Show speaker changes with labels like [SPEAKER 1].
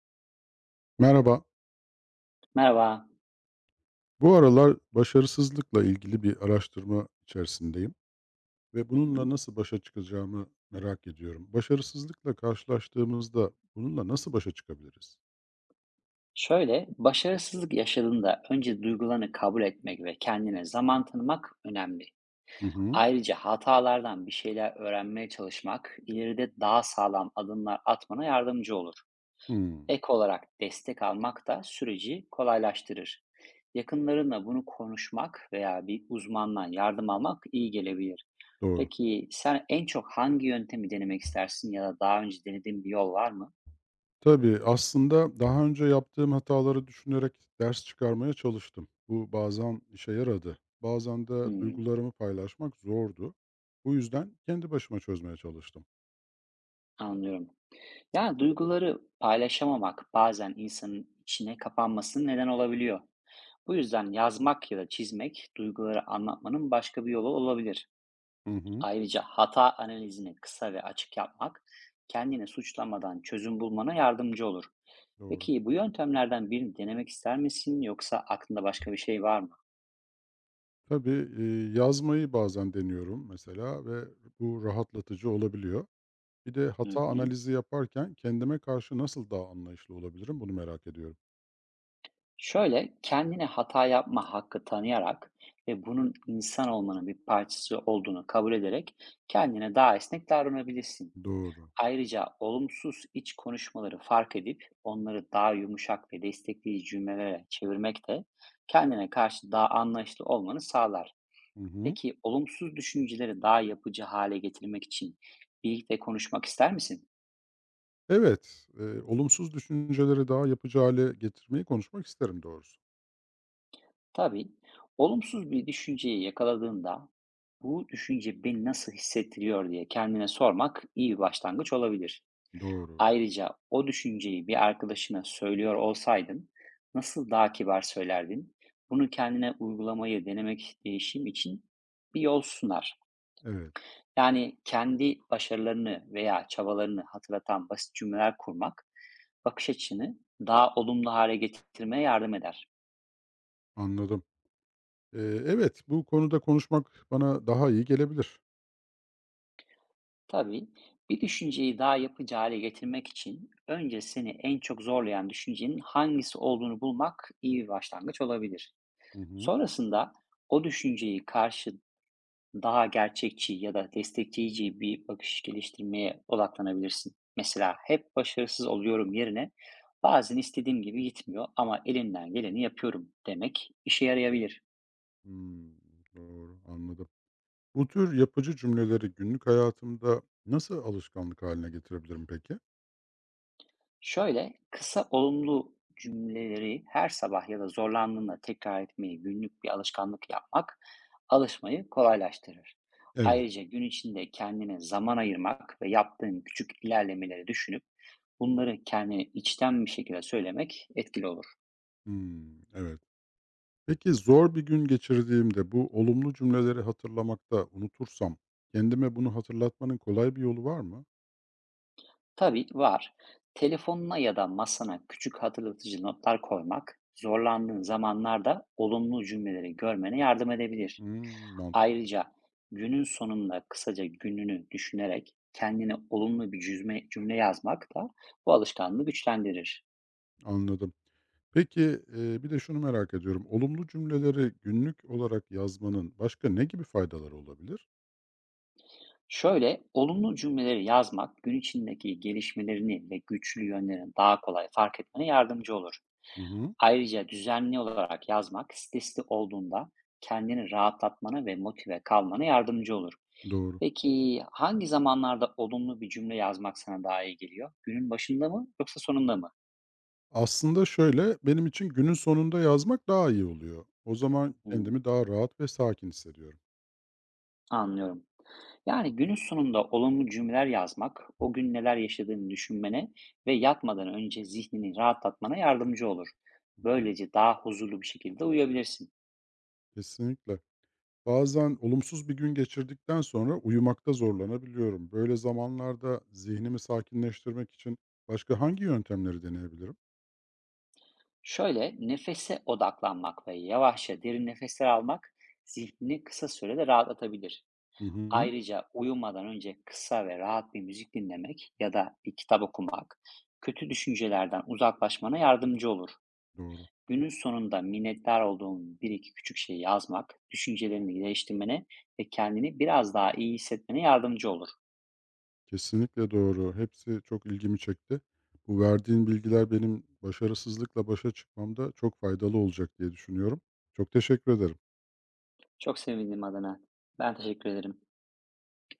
[SPEAKER 1] Merhaba.
[SPEAKER 2] Merhaba.
[SPEAKER 1] Bu aralar başarısızlıkla ilgili bir araştırma içerisindeyim ve
[SPEAKER 2] Hı hı.
[SPEAKER 1] bununla nasıl başa çıkacağımı merak ediyorum. Başarısızlıkla karşılaştığımızda bununla nasıl başa çıkabiliriz?
[SPEAKER 2] Şöyle, başarısızlık yaşadığında önce duygularını kabul etmek ve kendine zaman tanımak önemli.
[SPEAKER 1] Hı hı.
[SPEAKER 2] Ayrıca hatalardan bir şeyler öğrenmeye çalışmak ileride daha sağlam adımlar atmana yardımcı olur.
[SPEAKER 1] Hımm.
[SPEAKER 2] Ek olarak destek almak da süreci kolaylaştırır. Yakınlarınla bunu konuşmak veya bir uzmandan yardım almak iyi gelebilir.
[SPEAKER 1] Doğru.
[SPEAKER 2] Peki sen en çok hangi yöntemi denemek istersin ya da daha önce denediğin bir yol var mı?
[SPEAKER 1] Tabii, aslında daha önce yaptığım hataları düşünerek ders çıkarmaya çalıştım. Bu bazen işe yaradı. Bazen de
[SPEAKER 2] Hmm,
[SPEAKER 1] duygularımı paylaşmak zordu. Bu yüzden kendi başıma çözmeye çalıştım.
[SPEAKER 2] anlıyorum. Yani duyguları paylaşamamak bazen insanın içine kapanmasının neden olabiliyor. Bu yüzden yazmak ya da çizmek duyguları anlatmanın başka bir yolu olabilir.
[SPEAKER 1] Hı hı.
[SPEAKER 2] Ayrıca hata analizini kısa ve açık yapmak kendini suçlamadan çözüm bulmana yardımcı olur.
[SPEAKER 1] Doğru.
[SPEAKER 2] Peki bu yöntemlerden birini denemek ister misin yoksa aklında başka bir şey var mı?
[SPEAKER 1] Tabii, yazmayı bazen deniyorum mesela ve bu rahatlatıcı olabiliyor. Bir de
[SPEAKER 2] Hı
[SPEAKER 1] hata
[SPEAKER 2] hı.
[SPEAKER 1] analizi yaparken kendime karşı nasıl daha anlayışlı olabilirim, bunu merak ediyorum.
[SPEAKER 2] Şöyle, kendine hata yapma hakkı tanıyarak ve bunun insan olmanın bir parçası olduğunu kabul ederek kendine daha esnek davranabilirsin.
[SPEAKER 1] Doğru.
[SPEAKER 2] Ayrıca olumsuz iç konuşmaları fark edip onları daha yumuşak ve destekleyici cümlelere çevirmek de kendine karşı daha anlayışlı olmanı sağlar.
[SPEAKER 1] Hı hı.
[SPEAKER 2] Peki olumsuz düşünceleri daha yapıcı hale getirmek için birlikte konuşmak ister misin?
[SPEAKER 1] Evet, olumsuz düşünceleri daha yapıcı hale getirmeyi konuşmak isterim doğrusu.
[SPEAKER 2] Tabii, olumsuz bir düşünceyi yakaladığında bu düşünce beni nasıl hissettiriyor diye kendine sormak iyi bir başlangıç olabilir.
[SPEAKER 1] Doğru.
[SPEAKER 2] Ayrıca o düşünceyi bir arkadaşına söylüyor olsaydın nasıl daha kibar söylerdin? Bunu kendine uygulamayı denemek değişim için bir yol sunar.
[SPEAKER 1] Evet,
[SPEAKER 2] Yani kendi başarılarını veya çabalarını hatırlatan basit cümleler kurmak bakış açını daha olumlu hale getirmeye yardım eder.
[SPEAKER 1] anladım. Evet, bu konuda konuşmak bana daha iyi gelebilir.
[SPEAKER 2] Tabii bir düşünceyi daha yapıcı hale getirmek için önce seni en çok zorlayan düşüncenin hangisi olduğunu bulmak iyi bir başlangıç olabilir.
[SPEAKER 1] Hı hı.
[SPEAKER 2] Sonrasında o düşünceyi karşı daha gerçekçi ya da destekleyici bir bakış geliştirmeye odaklanabilirsin. Mesela hep başarısız oluyorum yerine bazen istediğim gibi gitmiyor ama elimden geleni yapıyorum demek işe yarayabilir.
[SPEAKER 1] Hımm, doğru, anladım. Bu tür yapıcı cümleleri günlük hayatımda nasıl alışkanlık haline getirebilirim peki?
[SPEAKER 2] Şöyle, kısa olumlu cümleleri her sabah ya da zorlandığında tekrar etmeyi günlük bir alışkanlık yapmak alışmayı kolaylaştırır.
[SPEAKER 1] Evet.
[SPEAKER 2] Ayrıca gün içinde kendine zaman ayırmak ve yaptığın küçük ilerlemeleri düşünüp bunları kendine içten bir şekilde söylemek etkili olur.
[SPEAKER 1] Hımm, evet. Peki zor bir gün geçirdiğimde bu olumlu cümleleri hatırlamakta unutursam kendime bunu hatırlatmanın kolay bir yolu var mı?
[SPEAKER 2] Tabii var. Telefonuna ya da masana küçük hatırlatıcı notlar koymak, zorlandığın zamanlarda olumlu cümleleri görmene yardım edebilir.
[SPEAKER 1] Hımm,
[SPEAKER 2] Ayrıca günün sonunda kısaca gününü düşünerek kendine olumlu bir cümle yazmak da bu alışkanlığı güçlendirir.
[SPEAKER 1] anladım. Peki, bir de şunu merak ediyorum. Olumlu cümleleri günlük olarak yazmanın başka ne gibi faydaları olabilir?
[SPEAKER 2] Şöyle, olumlu cümleleri yazmak gün içindeki gelişmelerini ve güçlü yönlerini daha kolay fark etmene yardımcı olur.
[SPEAKER 1] Hı hı,
[SPEAKER 2] Ayrıca düzenli olarak yazmak stresli olduğunda kendini rahatlatmana ve motive kalmana yardımcı olur.
[SPEAKER 1] doğru.
[SPEAKER 2] Peki hangi zamanlarda olumlu bir cümle yazmak sana daha iyi geliyor? Günün başında mı yoksa sonunda mı?
[SPEAKER 1] Aslında şöyle, benim için günün sonunda yazmak daha iyi oluyor. O zaman
[SPEAKER 2] Hmm,
[SPEAKER 1] kendimi daha rahat ve sakin hissediyorum.
[SPEAKER 2] anlıyorum. Yani günün sonunda olumlu cümleler yazmak, o gün neler yaşadığını düşünmene ve yatmadan önce zihnini rahatlatmana yardımcı olur.
[SPEAKER 1] Hı hı,
[SPEAKER 2] Böylece daha huzurlu bir şekilde uyuyabilirsin.
[SPEAKER 1] kesinlikle. Bazen olumsuz bir gün geçirdikten sonra uyumakta zorlanabiliyorum. Böyle zamanlarda zihnimi sakinleştirmek için başka hangi yöntemleri deneyebilirim?
[SPEAKER 2] Şöyle nefese odaklanmak ve yavaşça derin nefesler almak zihnini kısa sürede rahatlatabilir.
[SPEAKER 1] Hı hı.
[SPEAKER 2] Ayrıca uyumadan önce kısa ve rahat bir müzik dinlemek ya da bir kitap okumak kötü düşüncelerden uzaklaşmana yardımcı olur.
[SPEAKER 1] Doğru.
[SPEAKER 2] Günün sonunda minnettar olduğun bir iki küçük şeyi yazmak, düşüncelerini değiştirmene ve kendini biraz daha iyi hissetmene yardımcı olur.
[SPEAKER 1] Kesinlikle doğru. Hepsi çok ilgimi çekti. Bu verdiğin bilgiler benim başarısızlıkla başa çıkmamda çok faydalı olacak diye düşünüyorum. Çok teşekkür ederim.
[SPEAKER 2] Çok sevindim adına. Ben teşekkür ederim.